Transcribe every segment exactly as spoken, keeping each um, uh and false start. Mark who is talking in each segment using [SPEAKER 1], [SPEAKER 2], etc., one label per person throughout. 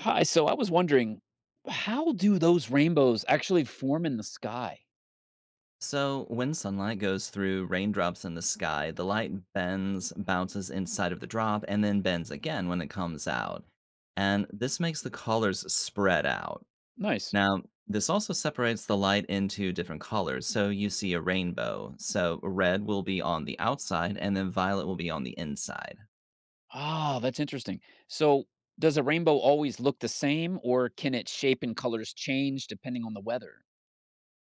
[SPEAKER 1] Hi, so I was wondering, how do those rainbows actually form in the sky?
[SPEAKER 2] So, when sunlight goes through raindrops in the sky, the light bends, bounces inside of the drop, and then bends again when it comes out. And this makes the colors spread out.
[SPEAKER 1] Nice.
[SPEAKER 2] Now, this also separates the light into different colors. So, you see a rainbow. So, red will be on the outside, and then violet will be on the inside.
[SPEAKER 1] Ah, that's interesting. So, does a rainbow always look the same, or can its shape and colors change depending on the weather?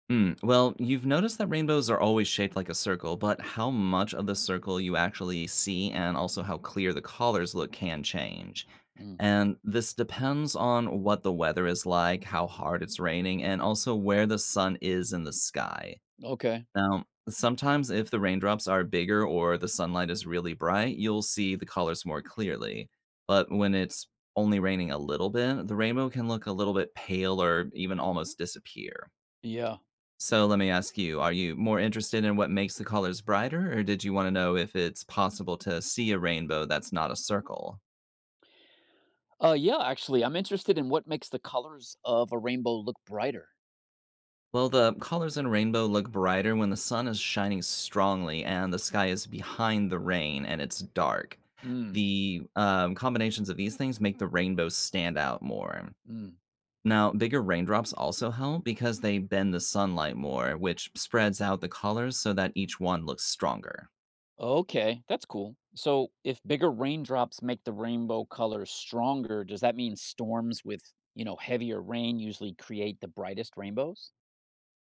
[SPEAKER 2] Hmm. Well, you've noticed that rainbows are always shaped like a circle, but how much of the circle you actually see and also how clear the colors look can change.
[SPEAKER 1] Mm,
[SPEAKER 2] And this depends on what the weather is like, how hard it's raining, and also where the sun is in the sky.
[SPEAKER 1] okay,
[SPEAKER 2] Now, sometimes if the raindrops are bigger or the sunlight is really bright, you'll see the colors more clearly. But when it's only raining a little bit, the rainbow can look a little bit pale or even almost disappear.
[SPEAKER 1] yeah.
[SPEAKER 2] So let me ask you, are you more interested in what makes the colors brighter, or did you want to know if it's possible to see a rainbow that's not a circle?
[SPEAKER 1] Uh, yeah, actually, I'm interested in what makes the colors of a rainbow look brighter.
[SPEAKER 2] Well, the colors in rainbow look brighter when the sun is shining strongly and the sky is behind the rain and it's dark.
[SPEAKER 1] Mm,
[SPEAKER 2] The um, combinations of these things make the rainbow stand out more.
[SPEAKER 1] mm.
[SPEAKER 2] Now, bigger raindrops also help because they bend the sunlight more, which spreads out the colors so that each one looks stronger.
[SPEAKER 1] Okay, that's cool. So, if bigger raindrops make the rainbow colors stronger, does that mean storms with, you know, heavier rain usually create the brightest rainbows?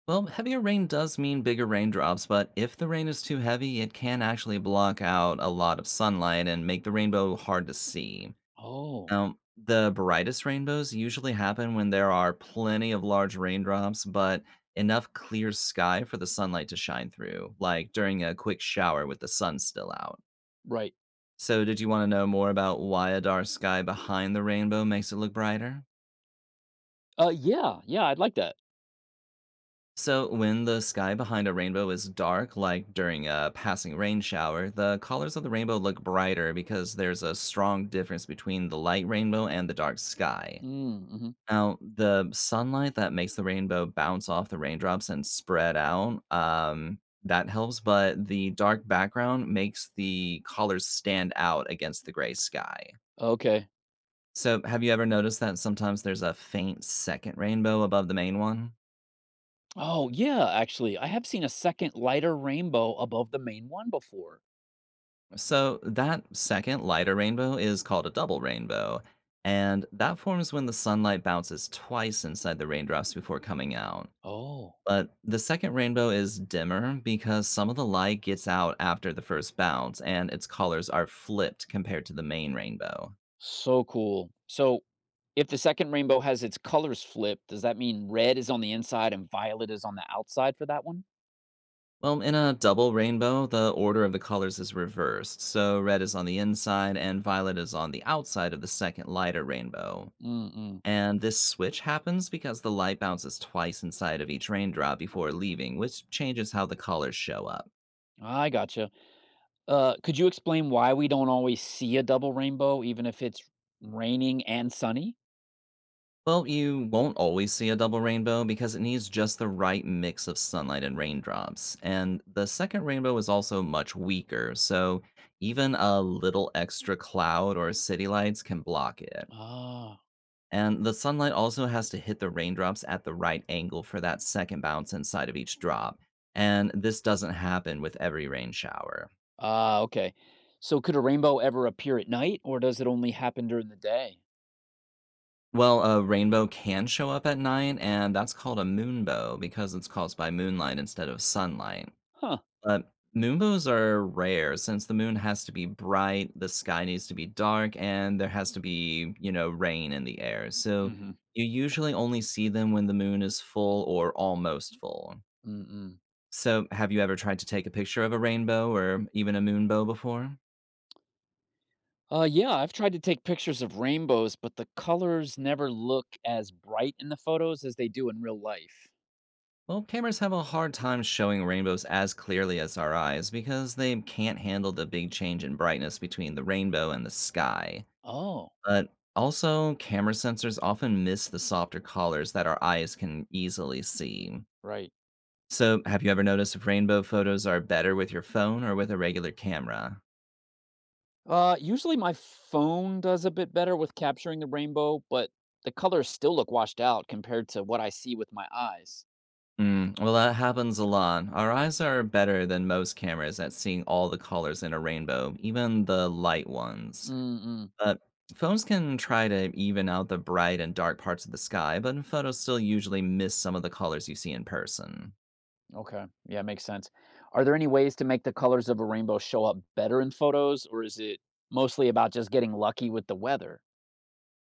[SPEAKER 2] Well, heavier rain does mean bigger raindrops, but if the rain is too heavy, it can actually block out a lot of sunlight and make the rainbow hard to see.
[SPEAKER 1] Oh,
[SPEAKER 2] Now, the brightest rainbows usually happen when there are plenty of large raindrops, but enough clear sky for the sunlight to shine through, like during a quick shower with the sun still out.
[SPEAKER 1] right.
[SPEAKER 2] So, did you want to know more about why a dark sky behind the rainbow makes it look brighter?
[SPEAKER 1] Uh yeah, yeah, I'd like that.
[SPEAKER 2] So, when the sky behind a rainbow is dark, like during a passing rain shower, the colors of the rainbow look brighter because there's a strong difference between the light rainbow and the dark sky.
[SPEAKER 1] Mm, mhm.
[SPEAKER 2] Now, the sunlight that makes the rainbow bounce off the raindrops and spread out, um, that helps, but the dark background makes the colors stand out against the gray sky.
[SPEAKER 1] Okay.
[SPEAKER 2] So, have you ever noticed that sometimes there's a faint second rainbow above the main one?
[SPEAKER 1] Oh, yeah, actually, I have seen a second lighter rainbow above the main one before.
[SPEAKER 2] So, that second lighter rainbow is called a double rainbow, and that forms when the sunlight bounces twice inside the raindrops before coming out.
[SPEAKER 1] Oh,
[SPEAKER 2] But the second rainbow is dimmer because some of the light gets out after the first bounce and its colors are flipped compared to the main rainbow.
[SPEAKER 1] so cool. So, if the second rainbow has its colors flipped, does that mean red is on the inside and violet is on the outside for that one?
[SPEAKER 2] Well, in a double rainbow, the order of the colors is reversed, so red is on the inside and violet is on the outside of the second lighter rainbow.
[SPEAKER 1] Mm-mm.
[SPEAKER 2] And this switch happens because the light bounces twice inside of each raindrop before leaving, which changes how the colors show up.
[SPEAKER 1] I gotcha. Uh, could you explain why we don't always see a double rainbow, even if it's raining and sunny?
[SPEAKER 2] Well, you won't always see a double rainbow because it needs just the right mix of sunlight and raindrops. And the second rainbow is also much weaker, so even a little extra cloud or city lights can block it.
[SPEAKER 1] Ah,
[SPEAKER 2] And the sunlight also has to hit the raindrops at the right angle for that second bounce inside of each drop. And this doesn't happen with every rain shower.
[SPEAKER 1] ah, okay. So could a rainbow ever appear at night, or does it only happen during the day?
[SPEAKER 2] Well, a rainbow can show up at night, and that's called a moonbow because it's caused by moonlight instead of sunlight.
[SPEAKER 1] Huh.
[SPEAKER 2] But moonbows are rare since the moon has to be bright, the sky needs to be dark, and there has to be, you know, rain in the air. So
[SPEAKER 1] Hmm.
[SPEAKER 2] you usually only see them when the moon is full or almost full.
[SPEAKER 1] Mm-mm.
[SPEAKER 2] So have you ever tried to take a picture of a rainbow or even a moonbow before?
[SPEAKER 1] Uh, yeah, I've tried to take pictures of rainbows, but the colors never look as bright in the photos as they do in real life.
[SPEAKER 2] Well, cameras have a hard time showing rainbows as clearly as our eyes because they can't handle the big change in brightness between the rainbow and the sky.
[SPEAKER 1] Oh,
[SPEAKER 2] But also, camera sensors often miss the softer colors that our eyes can easily see.
[SPEAKER 1] right.
[SPEAKER 2] So, have you ever noticed if rainbow photos are better with your phone or with a regular camera?
[SPEAKER 1] Uh, usually my phone does a bit better with capturing the rainbow, but the colors still look washed out compared to what I see with my eyes.
[SPEAKER 2] Mm, well, that happens a lot. Our eyes are better than most cameras at seeing all the colors in a rainbow, even the light ones.
[SPEAKER 1] Mm-mm.
[SPEAKER 2] But phones can try to even out the bright and dark parts of the sky, but photos still usually miss some of the colors you see in person.
[SPEAKER 1] Okay. Yeah, makes sense. Are there any ways to make the colors of a rainbow show up better in photos, or is it mostly about just getting lucky with the weather?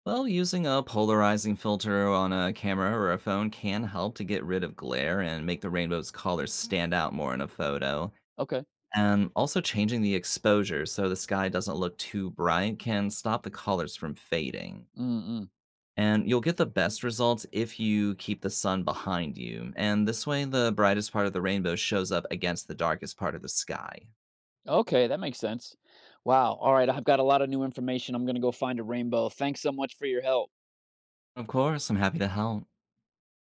[SPEAKER 2] Well, using a polarizing filter on a camera or a phone can help to get rid of glare and make the rainbow's colors stand out more in a photo.
[SPEAKER 1] Okay.
[SPEAKER 2] And also changing the exposure so the sky doesn't look too bright can stop the colors from fading.
[SPEAKER 1] Mm-mm.
[SPEAKER 2] And you'll get the best results if you keep the sun behind you. And this way, the brightest part of the rainbow shows up against the darkest part of the sky.
[SPEAKER 1] Okay, that makes sense. Wow. All right. I've got a lot of new information. I'm going to go find a rainbow. Thanks so much for your help.
[SPEAKER 2] Of course, I'm happy to help.